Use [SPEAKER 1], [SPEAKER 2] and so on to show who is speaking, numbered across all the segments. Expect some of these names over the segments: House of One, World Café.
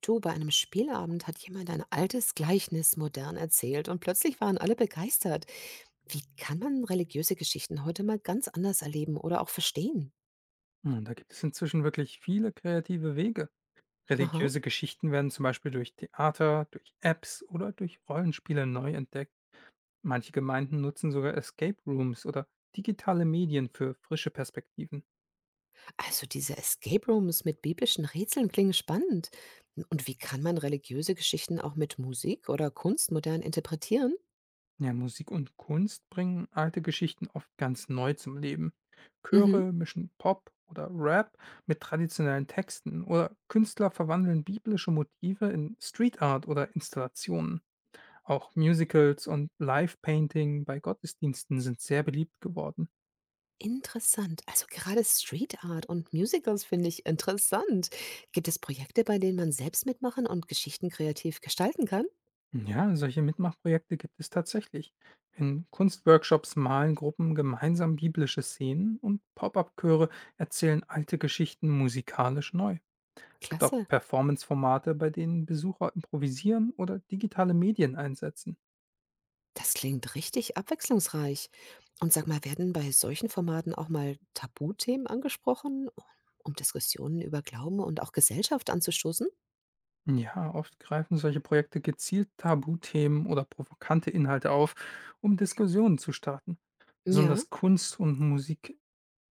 [SPEAKER 1] Du, bei einem Spielabend hat jemand ein altes Gleichnis modern erzählt und plötzlich waren alle begeistert. Wie kann man religiöse Geschichten heute mal ganz anders erleben oder auch verstehen?
[SPEAKER 2] Hm, da gibt es inzwischen wirklich viele kreative Wege.
[SPEAKER 1] Aha.
[SPEAKER 2] Religiöse Geschichten werden zum Beispiel durch Theater, durch Apps oder durch Rollenspiele neu entdeckt. Manche Gemeinden nutzen sogar Escape Rooms oder digitale Medien für frische Perspektiven.
[SPEAKER 1] Also diese Escape Rooms mit biblischen Rätseln klingen spannend. Und wie kann man religiöse Geschichten auch mit Musik oder Kunst modern interpretieren?
[SPEAKER 2] Ja, Musik und Kunst bringen alte Geschichten oft ganz neu zum Leben.
[SPEAKER 1] Mhm.
[SPEAKER 2] Chöre mischen Pop oder Rap mit traditionellen Texten oder Künstler verwandeln biblische Motive in Street Art oder Installationen. Auch Musicals und Live-Painting bei Gottesdiensten sind sehr beliebt geworden.
[SPEAKER 1] Interessant. Also gerade Street Art und Musicals finde ich interessant. Gibt es Projekte, bei denen man selbst mitmachen und Geschichten kreativ gestalten kann?
[SPEAKER 2] Ja, solche Mitmachprojekte gibt es tatsächlich. In Kunstworkshops malen Gruppen gemeinsam biblische Szenen und Pop-up-Chöre erzählen alte Geschichten musikalisch neu. Es gibt auch
[SPEAKER 1] Klasse.
[SPEAKER 2] Performance-Formate, bei denen Besucher improvisieren oder digitale Medien einsetzen.
[SPEAKER 1] Das klingt richtig abwechslungsreich. Und sag mal, werden bei solchen Formaten auch mal Tabuthemen angesprochen, um Diskussionen über Glauben und auch Gesellschaft anzustoßen?
[SPEAKER 2] Ja, oft greifen solche Projekte gezielt Tabuthemen oder provokante Inhalte auf, um Diskussionen zu starten.
[SPEAKER 1] Ja,
[SPEAKER 2] Besonders Kunst- und Musik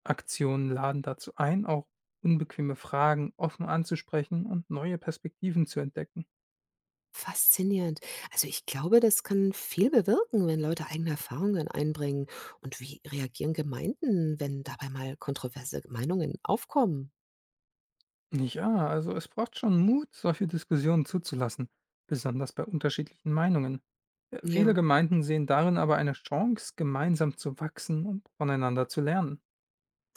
[SPEAKER 2] Aktionen laden dazu ein, auch unbequeme Fragen offen anzusprechen und neue Perspektiven zu entdecken.
[SPEAKER 1] faszinierend. Also ich glaube, das kann viel bewirken, wenn Leute eigene Erfahrungen einbringen. Und wie reagieren Gemeinden, wenn dabei mal kontroverse Meinungen aufkommen?
[SPEAKER 2] Ja, also es braucht schon Mut, solche Diskussionen zuzulassen, besonders bei unterschiedlichen Meinungen. Viele
[SPEAKER 1] Ja,
[SPEAKER 2] Gemeinden sehen darin aber eine Chance, gemeinsam zu wachsen und voneinander zu lernen.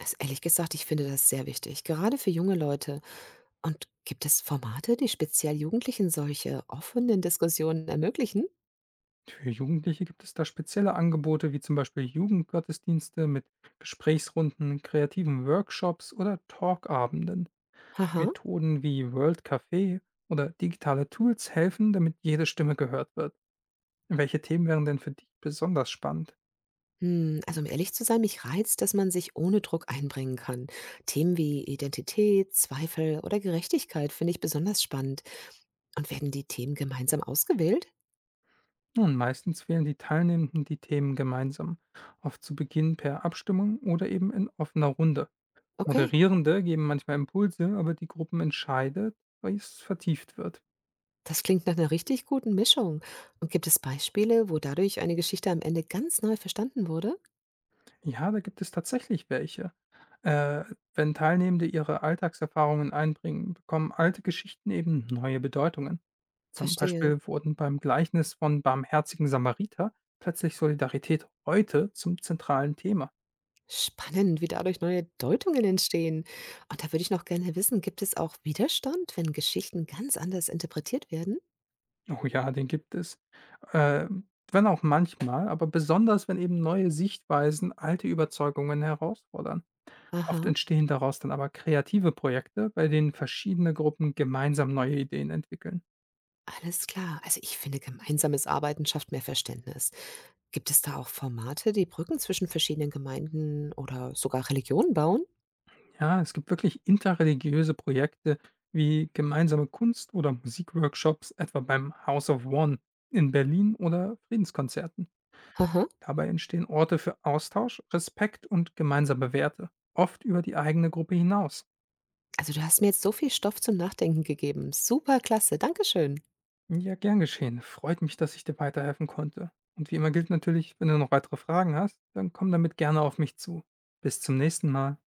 [SPEAKER 1] also ehrlich gesagt, ich finde das sehr wichtig, gerade für junge Leute. Und gibt es Formate, die speziell Jugendlichen solche offenen Diskussionen ermöglichen?
[SPEAKER 2] Für Jugendliche gibt es da spezielle Angebote wie zum Beispiel Jugendgottesdienste mit Gesprächsrunden, kreativen Workshops oder Talkabenden.
[SPEAKER 1] Aha.
[SPEAKER 2] Methoden wie World Café oder digitale Tools helfen, damit jede Stimme gehört wird. Welche Themen wären denn für dich besonders spannend?
[SPEAKER 1] Hm, also, um ehrlich zu sein, mich reizt, dass man sich ohne Druck einbringen kann. Themen wie Identität, Zweifel oder Gerechtigkeit finde ich besonders spannend. Und werden die Themen gemeinsam ausgewählt?
[SPEAKER 2] Nun, meistens wählen die Teilnehmenden die Themen gemeinsam, oft zu Beginn per Abstimmung oder eben in offener Runde.
[SPEAKER 1] Okay,
[SPEAKER 2] Moderierende geben manchmal Impulse, aber die Gruppen entscheidet, was vertieft wird.
[SPEAKER 1] das klingt nach einer richtig guten Mischung. Und gibt es Beispiele, wo dadurch eine Geschichte am Ende ganz neu verstanden wurde?
[SPEAKER 2] Ja, da gibt es tatsächlich welche. Äh, Wenn Teilnehmende ihre Alltagserfahrungen einbringen, bekommen alte Geschichten eben neue Bedeutungen. Zum
[SPEAKER 1] Verstehe.
[SPEAKER 2] Beispiel wurden beim Gleichnis von barmherzigen Samariter plötzlich Solidarität heute zum zentralen Thema.
[SPEAKER 1] Spannend, wie dadurch neue Deutungen entstehen. Und da würde ich noch gerne wissen, gibt es auch Widerstand, wenn Geschichten ganz anders interpretiert werden?
[SPEAKER 2] Oh ja, den gibt es. Äh, Wenn auch manchmal, aber besonders, wenn eben neue Sichtweisen alte Überzeugungen herausfordern. Oft
[SPEAKER 1] Aha.
[SPEAKER 2] entstehen daraus dann aber kreative Projekte, bei denen verschiedene Gruppen gemeinsam neue Ideen entwickeln.
[SPEAKER 1] Alles klar. Also ich finde, gemeinsames Arbeiten schafft mehr Verständnis. Gibt es da auch Formate, die Brücken zwischen verschiedenen Gemeinden oder sogar Religionen bauen?
[SPEAKER 2] Ja, es gibt wirklich interreligiöse Projekte wie gemeinsame Kunst- oder Musikworkshops, etwa beim House of One in Berlin oder Friedenskonzerten.
[SPEAKER 1] Haha.
[SPEAKER 2] Dabei entstehen Orte für Austausch, Respekt und gemeinsame Werte, oft über die eigene Gruppe hinaus.
[SPEAKER 1] Also du hast mir jetzt so viel Stoff zum Nachdenken gegeben. Super klasse. Dankeschön.
[SPEAKER 2] Ja, gern geschehen. Freut mich, dass ich dir weiterhelfen konnte. Und wie immer gilt natürlich, wenn du noch weitere Fragen hast, dann komm damit gerne auf mich zu. Bis zum nächsten Mal.